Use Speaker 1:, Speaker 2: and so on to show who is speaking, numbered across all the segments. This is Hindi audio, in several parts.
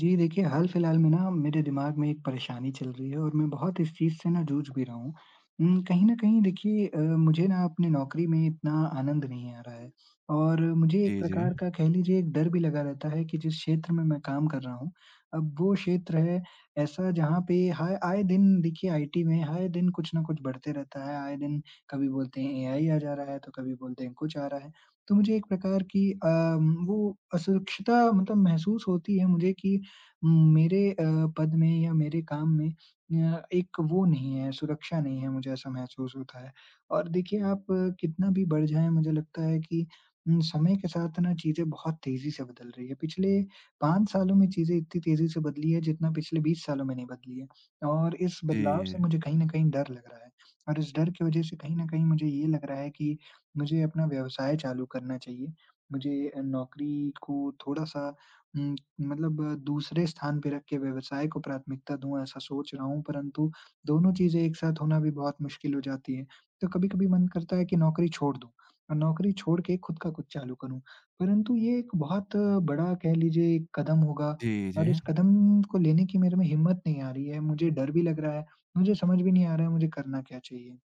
Speaker 1: जी, देखिए हाल-फिलहाल में ना मेरे दिमाग में एक परेशानी चल रही है और मैं बहुत इस चीज़ से ना जूझ भी रहा हूँ। कहीं न कहीं देखिए मुझे ना अपनी नौकरी में इतना आनंद नहीं आ रहा है और मुझे एक
Speaker 2: जी, जी।
Speaker 1: प्रकार का कह लीजिए एक डर भी लगा रहता है कि जिस क्षेत्र में मैं काम कर रहा हूँ, अब वो क्षेत्र है ऐसा जहाँ पे हाय आए दिन देखिए आईटी में आए दिन कुछ न कुछ बढ़ते रहता है, आए दिन कभी बोलते हैं एआई आ जा रहा है, तो कभी बोलते हैं कुछ आ रहा है। तो मुझे एक प्रकार की वो असुरक्षता मतलब महसूस होती है मुझे कि मेरे पद में या मेरे काम में एक वो नहीं है, सुरक्षा नहीं है, मुझे ऐसा महसूस होता है। और देखिए आप कितना भी बढ़ जाएँ मुझे लगता है कि समय के साथ ना चीज़ें बहुत तेज़ी से बदल रही है। पिछले 5 सालों में चीज़ें इतनी तेज़ी से बदली है जितना पिछले 20 सालों में नहीं बदली है। और इस बदलाव से
Speaker 2: जी।
Speaker 1: मुझे कहीं न कहीं डर लग रहा है और इस डर की वज़ह से कहीं न कहीं मुझे ये लग रहा है कि मुझे अपना व्यवसाय चालू करना चाहिए। मुझे नौकरी को थोड़ा-सा उम, मतलब दूसरे स्थान पे रख के व्यवसाय को प्राथमिकता दूँ, ऐसा सोच रहा हूँ, परंतु दोनों चीज़ें एक साथ होना भी बहुत मुश्किल हो जाती है। तो कभी-कभी मन करता है कि नौकरी छोड़ दूँ और नौकरी छोड़ के खुद का कुछ चालू करूँ, परंतु ये एक बहुत बड़ा कह लीजिए एक कदम होगा
Speaker 2: जी, जी।
Speaker 1: और इस कदम को लेने की मेरे में हिम्मत नहीं आ रही है। मुझे डर भी लग रहा है, मुझे समझ भी नहीं आ रहा है मुझे करना क्या चाहिए।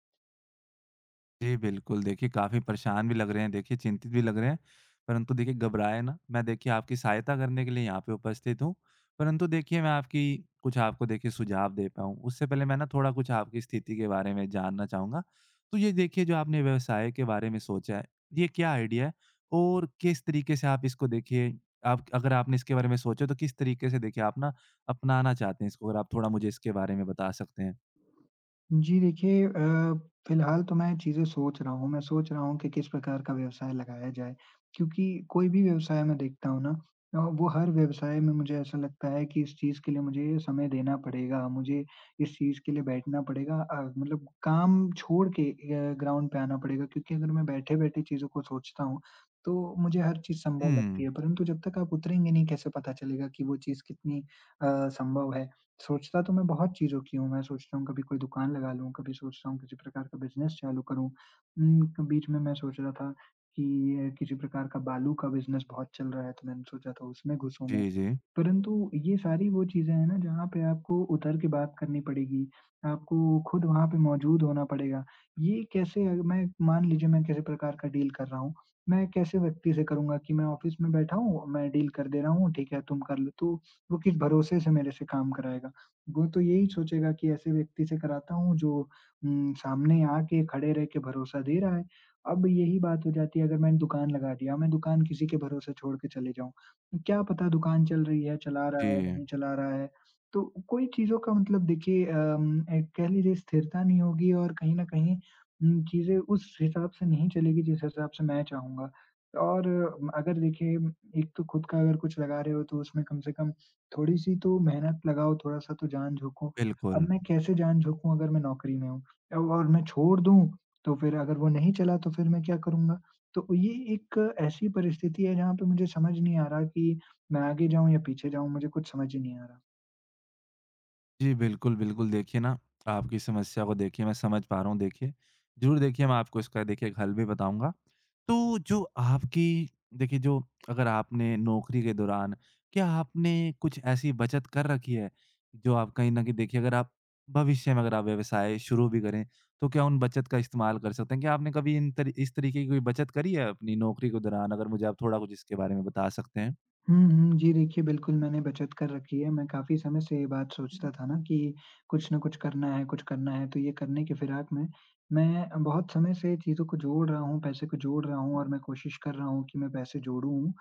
Speaker 2: जी, बिल्कुल देखिए काफ़ी परेशान भी लग रहे हैं, देखिए चिंतित भी लग रहे हैं, परंतु देखिए घबराएँ ना। मैं देखिए आपकी सहायता करने के लिए यहाँ पे उपस्थित हूँ। परंतु देखिए मैं आपकी कुछ आपको देखिए सुझाव दे पाऊँ, उससे पहले मैं ना थोड़ा कुछ आपकी स्थिति के बारे में जानना चाहूँगा। तो ये देखिए जो आपने व्यवसाय के बारे में सोचा है, ये क्या आइडिया है? और किस तरीके से आप इसको देखिए आप अगर आपने इसके बारे में सोचा तो किस तरीके से देखिए आप ना अपनाना चाहते हैं इसको? अगर आप थोड़ा मुझे इसके बारे में बता सकते हैं?
Speaker 1: जी देखिए फिलहाल तो मैं चीज़ें सोच रहा हूँ। मैं सोच रहा हूँ कि किस प्रकार का व्यवसाय लगाया जाए, क्योंकि कोई भी व्यवसाय मैं देखता हूँ ना वो हर व्यवसाय में मुझे ऐसा लगता है कि इस चीज़ के लिए मुझे समय देना पड़ेगा, मुझे इस चीज़ के लिए बैठना पड़ेगा मतलब काम छोड़ के ग्राउंड पे आना पड़ेगा क्योंकि अगर मैं बैठे-बैठे चीज़ों को सोचता हूँ, तो मुझे हर चीज़ संभव लगती
Speaker 2: हुँ।
Speaker 1: है, परंतु जब तक आप उतरेंगे नहीं कैसे पता चलेगा कि वो चीज़ कितनी अ, संभव है। सोचता तो मैं बहुत चीज़ों की हूँ, मैं सोचता हूँ कभी कोई दुकान लगा लूँ, कभी सोचता हूँ किसी प्रकार का बिज़नेस चालू करूँ। उम, क बीच में मैं सोच रहा था कि किसी प्रकार का बालू का बिज़नेस बहुत चल रहा है, तो मैंने सोचा था उसमें घुसूँ मैं।
Speaker 2: जी, जी।
Speaker 1: परंतु ये सारी वो चीज़ें हैं ना जहाँ पे आपको उतर के बात करनी पड़ेगी, आपको खुद वहाँ पे मौजूद होना पड़ेगा। ये कैसे अग मैं मान लीजिए मैं किसी प्रकार का डील कर रहा हूँ, मैं कैसे व्यक्ति से करूँगा कि मैं ऑफ़िस में बैठा हूँ, मैं डील कर दे रहा हूँ, ठीक है तुम कर लो, तो वो किस भरोसे से मेरे से काम कराएगा। वो तो यही सोचेगा कि ऐसे व्यक्ति से कराता हूँ जो सामने आके खड़े रह के भरोसा दे रहा है। अब यही बात हो जाती है अगर मैंने दुकान लगा दिया, मैं दुकान किसी के भरोसे छोड़ के चले जाऊँ। क्या पता दुकान चल रही है, चला रहा है,
Speaker 2: जी,
Speaker 1: नहीं चला रहा है। तो कोई चीज़ों का मतलब देखिए एक कह लीजिए स्थिरता नहीं होगी और कहीं न कहीं चीज़ें उस हिसाब से नहीं चलेगी जिस हिसाब से मैं चाहूँगा। और अगर देखिए एक तो खुद का अगर कुछ लगा रहे हो तो उसमें कम से कम थोड़ी-सी तो मेहनत लगाओ, थोड़ा-सा तो जान झोंको।
Speaker 2: बिल्कुल।
Speaker 1: अब मैं कैसे जान झोंकूँ अगर मैं नौकरी में हूँ? औ और मैं छोड़ दूँ, तो फिर अगर वो नहीं चला तो फिर मैं क्या करूँगा? तो ये एक ऐसी परिस्थिति है जहाँ पे मुझे समझ नहीं आ रहा कि मैं आगे जाऊँ या पीछे जाऊँ, मुझे कुछ समझ ही नहीं आ रहा।
Speaker 2: जी, बिल्कुल, बिल्कुल। देखिए ना, आपकी समस्या को देखिए मैं समझ पा रहा हूँ देखिए। ज़रूर देखिए मैं आपको इसका देखिए एक हल भी बताऊँगा। तो जो आपकी देखिए जो अगर आपने नौकरी के दौरान क्या आपने कुछ ऐसी बचत कर रखी है, जो आप कहीं न कहीं देखिए अगर आप भविष्य में अगर आप व्यवसाय शुरू भी करें, तो क्या उन बचत का इस्तेमाल कर सकते हैं? क्या आपने कभी इन तरी इस तरीके की कोई बचत करी है अपनी नौकरी के दौरान? अगर मुझे आप थोड़ा कुछ इसके बारे में बता सकते हैं?
Speaker 1: हुँ, हुँ। जी, देखिए बिल्कुल मैंने बचत कर रखी है। मैं काफ़ी समय से ये बात सोचता था ना कि कुछ न कुछ करना है, कुछ करना है, तो ये करने की फिराक में मैं बहुत समय से चीज़ों को जोड़ रहा हूँ, पैसे को जोड़ रहा हूँ और मैं कोशिश कर रहा हूँ कि मैं पैसे जोड़ूँ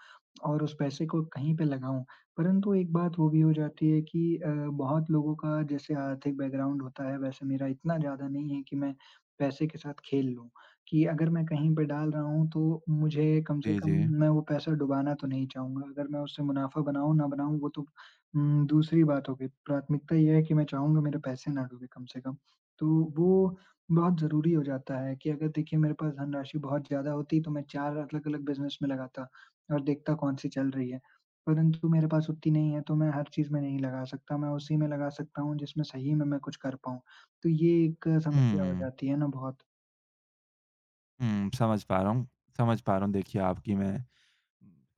Speaker 1: और उस पैसे को कहीं पे लगाऊँ। परंतु एक बात वो भी हो जाती है कि बहुत लोगों का जैसे आर्थिक बैकग्राउंड होता है, वैसे मेरा इतना ज़्यादा नहीं है कि मैं पैसे के साथ खेल लूँ। कि अगर मैं कहीं पे डाल रहा हूँ तो मुझे कम से
Speaker 2: जी,
Speaker 1: कम
Speaker 2: जी।
Speaker 1: मैं वो पैसा डुबाना तो नहीं चाहूँगा। अगर मैं उससे मुनाफ़ा बनाऊँ ना बनाऊँ वो तो दूसरी बात हो गई। प्राथमिकता ये है कि मैं चाहूँगा मेरे पैसे ना डूबे कम से कम। तो वो बहुत ज़रूरी हो जाता है कि अगर देखिए मेरे पास धनराशि बहुत ज़्यादा होती तो मैं 4 अलग-अलग बिज़नेस में लगाता और देखता कौन सी चल रही है। परंतु मेरे पास उतनी नहीं है तो मैं हर चीज़ में नहीं लगा सकता। मैं उसी में लगा सकता हूँ जिसमें सही में मैं कुछ कर पाऊँ। तो ये एक समस्या हो
Speaker 2: हुँ।
Speaker 1: जाती है ना बहुत।
Speaker 2: हुँ, समझ पा रहा हूँ देखिए आपकी मैं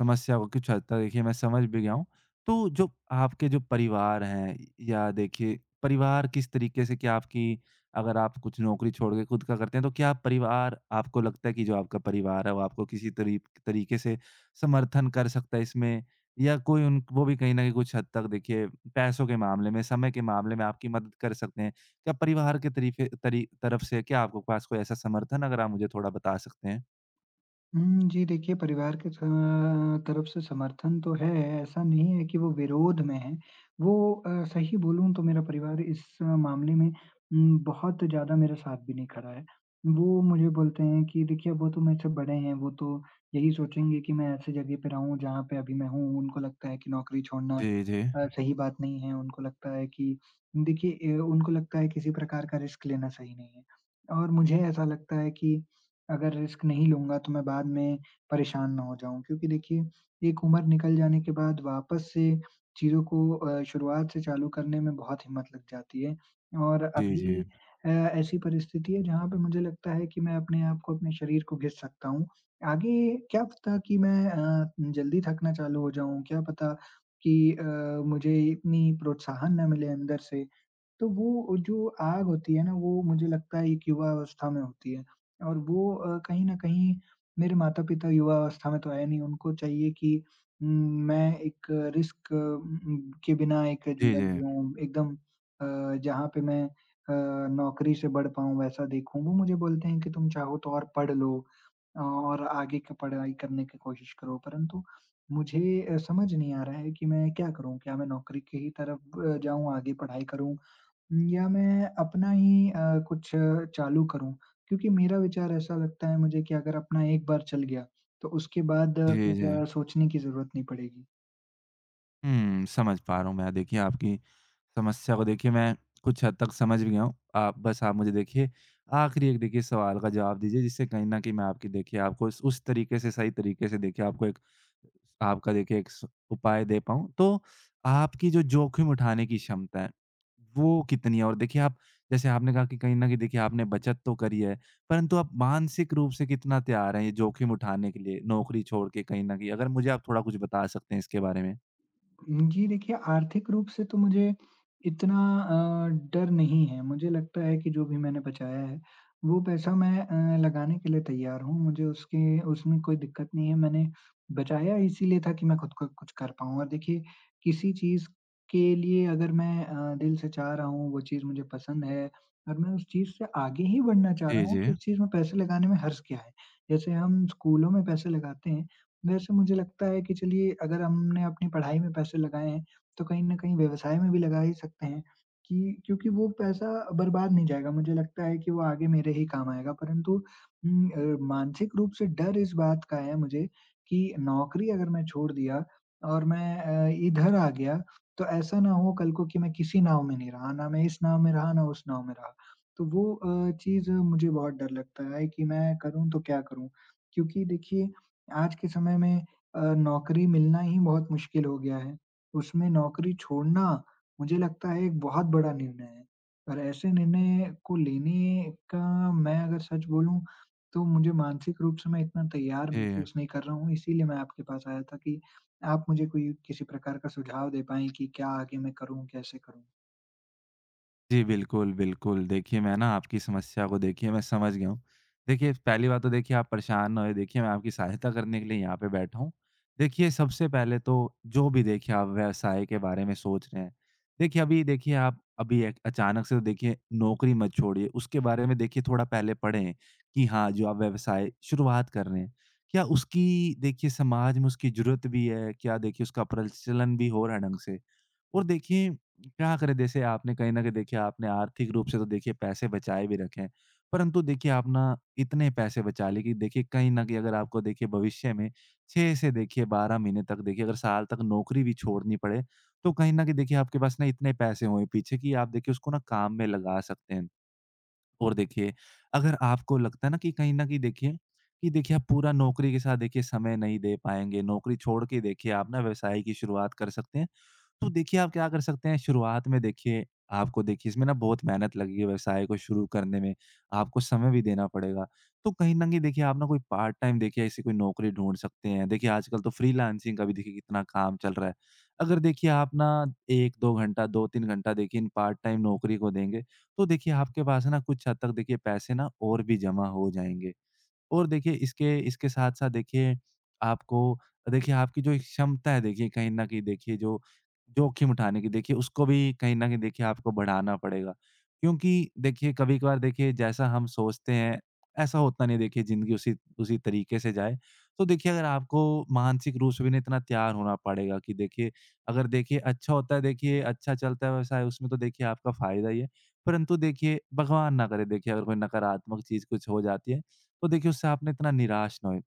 Speaker 2: समस्या को कुछ हद तक देखिए मैं समझ भी गया हूँ। तो जो आपके जो परिवार हैं या देखिए परिवार किस तरीके से क्या आपकी अगर आप कुछ नौकरी छोड़ के खुद का करते हैं, तो क्या परिवार आपको लगता है कि जो आपका परिवार है, वो आपको किसी तरीके से समर्थन कर सकता है इसमें? या कोई उन वो भी कहीं न कहीं कुछ हद तक देखिए पैसों के मामले में, समय के मामले में आपकी मदद कर सकते हैं? क्या परिवार के तरीके तरी तरफ से क्या आपके पास कोई ऐसा समर्थन अगर आप मुझे थोड़ा बता सकते हैं?
Speaker 1: हुँ, जी देखिए परिवार के स तरफ से समर्थन तो है, ऐसा नहीं है कि वो विरोध में है। वो सही बोलूँ तो मेरा परिवार इस मामले में बहुत ज़्यादा मेरा साथ भी नहीं खड़ा है। वो मुझे बोलते हैं कि देखिए वो तो मेरे से बड़े हैं, वो तो यही सोचेंगे कि मैं ऐसी जगह पे रहूँ जहाँ पे अभी मैं हूँ। उनको लगता है कि नौकरी छोड़ना
Speaker 2: जी, जी।
Speaker 1: सही बात नहीं है, उनको लगता है कि देखिए उनको लगता है किसी प्रकार का रिस्क लेना सही नहीं है। और मुझे ऐसा लगता है कि अगर रिस्क नहीं लूँगा तो मैं बाद में परेशान ना हो जाऊँ। क्योंकि देखिए, एक उम्र निकल जाने के बाद वापस से चीज़ों को शुरुआत से चालू करने में बहुत हिम्मत लग जाती है और
Speaker 2: जी, जी।
Speaker 1: अभी ऐसी परिस्थिति है जहाँ पे मुझे लगता है कि मैं अपने आप को, अपने शरीर को घिस सकता हूँ। आगे क्या पता कि मैं जल्दी थकना चालू हो जाऊँ, क्या पता कि मुझे इतनी प्रोत्साहन ना मिले अंदर से। तो वो जो आग होती है ना, वो मुझे लगता है एक युवा अवस्था में होती है और वो कहीं न कहीं मेरे माता-पिता युवा अवस्था में तो आए नहीं, उनको चाहिए कि उम, मैं एक रिस्क के बिना एक
Speaker 2: जी,
Speaker 1: जीवन
Speaker 2: जी।
Speaker 1: जिऊँ, एकदम जहाँ पे मैं नौकरी से बढ़ पाऊँ वैसा देखूँ। वो मुझे बोलते हैं कि तुम चाहो तो और पढ़ लो और आगे की पढ़ाई करने की कोशिश करो, परंतु मुझे समझ नहीं आ रहा है कि मैं क्या करूँ? क्या मैं नौकरी की ही तरफ जाऊँ, आगे पढ़ाई करूँ या मैं अपना ही कुछ चालू करूँ? क्योंकि मेरा विचार ऐसा लगता है मुझे कि अगर अपना एक बार चल गया, तो उसके बाद
Speaker 2: जी, जी।
Speaker 1: फिर सोचने की ज़रूरत नहीं पड़ेगी।
Speaker 2: हुँ, समझ पा रहा हूँ मैं देखिए आपकी समस्या को देखिए मैं कुछ हद तक समझ भी गया हूँ। आप बस आप मुझे देखिए आखिरी एक देखिए सवाल का जवाब दीजिए, जिससे कहीं न कहीं मैं आपकी देखिए आपको इस उस तरीके से सही तरीके से देखिए आपको एक आपका देखिए एक स उपाय दे पाऊँ। तो आपकी जो जोखिम उठाने की क्षमता है, वो कितनी है? और देखिए आप, जैसे आपने कहा कि कहीं न कहीं देखिए आपने बचत तो करी है, परंतु आप मानसिक रूप से कितना तैयार हैं ये जोखिम उठाने के लिए नौकरी छोड़ के कहीं न कहीं? अगर मुझे आप थोड़ा कुछ बता सकते हैं इसके बारे में।
Speaker 1: जी देखिए, आर्थिक रूप से तो मुझे इतना अ, डर नहीं है। मुझे लगता है कि जो भी मैंने बचाया है, वो पैसा मैं लगाने के लिए तैयार हूँ। मुझे उसके उसमें कोई दिक्कत नहीं है। मैंने बचाया इसीलिए था कि मैं खुद को कुछ कर पाऊँ और देखिए किसी चीज़ के लिए अगर मैं दिल से चाह रहा हूँ, वो चीज़ मुझे पसंद है और मैं उस चीज़ से आगे ही बढ़ना चाह रहा
Speaker 2: जी,
Speaker 1: हूँ,
Speaker 2: जी।
Speaker 1: तो उस चीज़ में पैसे लगाने में हर्ज क्या है? जैसे हम स्कूलों में पैसे लगाते हैं, वैसे मुझे लगता है कि चलिए अगर हमने अपनी पढ़ाई में पैसे लगाए हैं, तो कहीं न कहीं व्यवसाय में भी लगा ही सकते हैं कि क्योंकि वो पैसा बर्बाद नहीं जाएगा। मुझे लगता है कि वो आगे मेरे ही काम आएगा परंतु मानसिक रूप से डर इस बात का है मुझे कि नौकरी अगर मैं छोड़ दिया और मैं इधर आ गया, तो ऐसा ना हो कल को कि मैं किसी नाव में नहीं रहा, ना मैं इस नाव में रहा, ना उस नाव में रहा। तो वो चीज़ मुझे बहुत डर लगता है कि मैं करूँ तो क्या करूँ? क्योंकि देखिए आज के समय में नौकरी मिलना ही बहुत मुश्किल हो गया है। उसमें नौकरी छोड़ना मुझे लगता है एक बहुत बड़ा निर्णय है और ऐसे निर्णय को लेने का मैं अगर सच बोलूँ तो मुझे मानसिक रूप से मैं इतना तैयार
Speaker 2: जी।
Speaker 1: महसूस नहीं कर रहा हूँ, इसीलिए मैं आपके पास आया था कि आप मुझे कोई किसी प्रकार का सुझाव दे पाएँ कि क्या आगे मैं करूँ, कैसे करूँ?
Speaker 2: जी, बिल्कुल, बिल्कुल। देखिए, मैं ना आपकी समस्या को देखिए मैं समझ गया हूँ। देखिए, पहली बात तो देखिए आप परेशान ना होइए, देखिए मैं आपकी सहायता करने के लिए यहाँ पे बैठा हूँ। देखिए, सबसे पहले तो जो भी देखिए आप व्यवसाय के बारे में सोच रहे हैं, देखिए अभी देखिए आप अभी एक अचानक से तो देखिए नौकरी मत छोड़िए, उसके बारे में देखिए थोड़ा पहले पढ़ें कि हाँ, जो आप व्यवसाय शुरुआत कर रहे हैं, क्या उसकी देखिए समाज में उसकी ज़रूरत भी है? क्या देखिए उसका प्रचलन भी हो रहा है ढंग से? और देखिए क्या करें, जैसे आपने कहीं न कहीं देखिए आपने आर्थिक रूप से तो देखिए पैसे बचाए भी रखे हैं। परंतु देखिए आप ना इतने पैसे बचा लिए कि देखिए कहीं न कहीं अगर आपको देखिए भविष्य में 6 से देखिए 12 महीने तक देखिए अगर साल तक नौकरी भी छोड़नी पड़े, तो कहीं न कहीं देखिए आपके पास ना इतने पैसे हों पीछे कि आप देखिए उसको ना काम में लगा सकते हैं। और देखिए, अगर आपको लगता है ना कि कहीं न कहीं देखिए, कि देखिए आप पूरा नौकरी के साथ देखिए समय नहीं दे पाएँगे, नौकरी छोड़ के देखिए आप ना व्यवसाय की शुरुआत कर सकते हैं। तो देखिए आप क्या कर सकते हैं शुरुआत में, देखिए आपको देखिए इसमें ना बहुत मेहनत लगेगी व्यवसाय को शुरू करने में, आपको समय भी देना पड़ेगा। तो कहीं न कहीं देखिए आप ना कोई पार्ट टाइम देखिए ऐसी कोई नौकरी ढूँढ सकते हैं। देखिए आजकल तो फ्रीलांसिंग का भी देखिए कितना काम चल रहा है। अगर देखिए आप ना 1-2 घंटा, 2-3 घंटा देखिए इन पार्ट टाइम नौकरी को देंगे, तो देखिए आपके पास ना कुछ हद तक देखिए पैसे ना और भी जमा हो जाएँगे। और देखिए इसके इसके साथ-साथ देखिए आपको देखिए आपकी जो एक क्षमता है देखिए कहीं न कहीं देखिए जो जोखिम उठाने की देखिए उसको भी कहीं न कहीं देखिए आपको बढ़ाना पड़ेगा। क्योंकि देखिए कभी-कभार देखिए जैसा हम सोचते हैं, ऐसा होता नहीं है देखिए ज़िंदगी उसी उसी तरीके से जाए। तो देखिए अगर आपको मानसिक रूप से भी ना इतना तैयार होना पड़ेगा कि देखिए अगर देखिए अच्छा होता है देखिए अच्छा चलता है व्यवसाय उसमें तो देखिए आपका फ़ायदा ही है। परंतु देखिए भगवान ना करे, देखिए अगर कोई नकारात्मक चीज़ कुछ हो जाती है, तो देखिए उससे आप ना इतना निराश ना हो।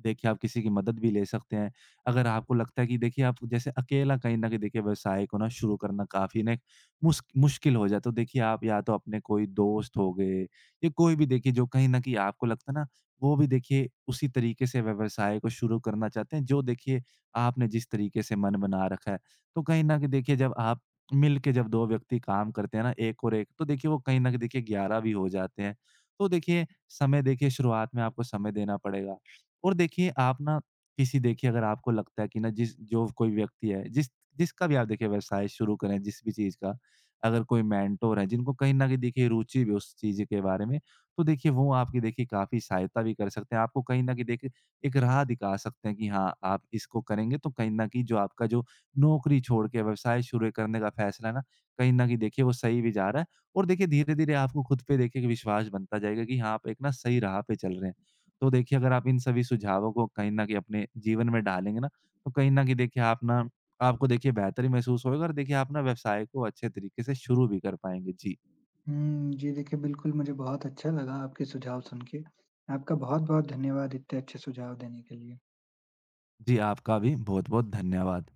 Speaker 2: देखिए, आप किसी की मदद भी ले सकते हैं। अगर आपको लगता है कि देखिए, आप जैसे अकेला कहीं न कहीं देखिए व्यवसाय को ना शुरू करना काफ़ी ना एक मुश्किल हो जाए, तो देखिए आप या तो अपने कोई दोस्त हो गए या कोई भी देखिए जो कहीं न कहीं आपको लगता है ना, वो भी देखिए उसी तरीके से व्यवसाय को शुरू करना चाहते हैं, जो देखिए आपने जिस तरीके से मन बना रखा है। तो कहीं न कहीं देखिए जब आप मिल के जब 2 व्यक्ति काम करते हैं ना, एक और एक, तो देखिए वो कहीं न कहीं देखिए 11 भी हो जाते हैं। तो देखिए समय देखिए शुरुआत में आपको समय देना पड़ेगा। और देखिए आप ना किसी देखिए अगर आपको लगता है कि ना जिस जो कोई व्यक्ति है, जिसका भी आप देखिए व्यवसाय शुरू करें, जिस भी चीज का अगर कोई मेंटोर है, जिनको कहीं ना कहीं देखिए रुचि भी उस चीज के बारे में, तो देखिए वो आपकी देखिए काफी सहायता भी कर सकते हैं, आपको कहीं ना कहीं देखिए एक राह दिखा सकते हैं कि हाँ आप इसको करेंगे तो कहीं ना कहीं जो नौकरी छोड़ के व्यवसाय शुरू करने का फैसला है ना, कहीं ना कहीं देखिए वो सही भी जा रहा है। और देखिए धीरे धीरे आपको खुद पे देखिए कि विश्वास बनता जाएगा कि हाँ आप एक ना सही राह पे चल रहे हैं। तो देखिए अगर आप इन सभी सुझावों को कहीं न कहीं अपने जीवन में डालेंगे ना, तो कहीं न कहीं देखिए आप ना आपको देखिए बेहतर ही महसूस होएगा और देखिए आप ना व्यवसाय को अच्छे तरीके से शुरू भी कर पाएँगे। जी।
Speaker 1: हुँ, जी देखिए, बिल्कुल मुझे बहुत अच्छा लगा आपके सुझाव सुन के। आपका बहुत-बहुत धन्यवाद इतने अच्छे सुझाव देने के लिए।
Speaker 2: जी, आपका भी बहुत-बहुत धन्यवाद।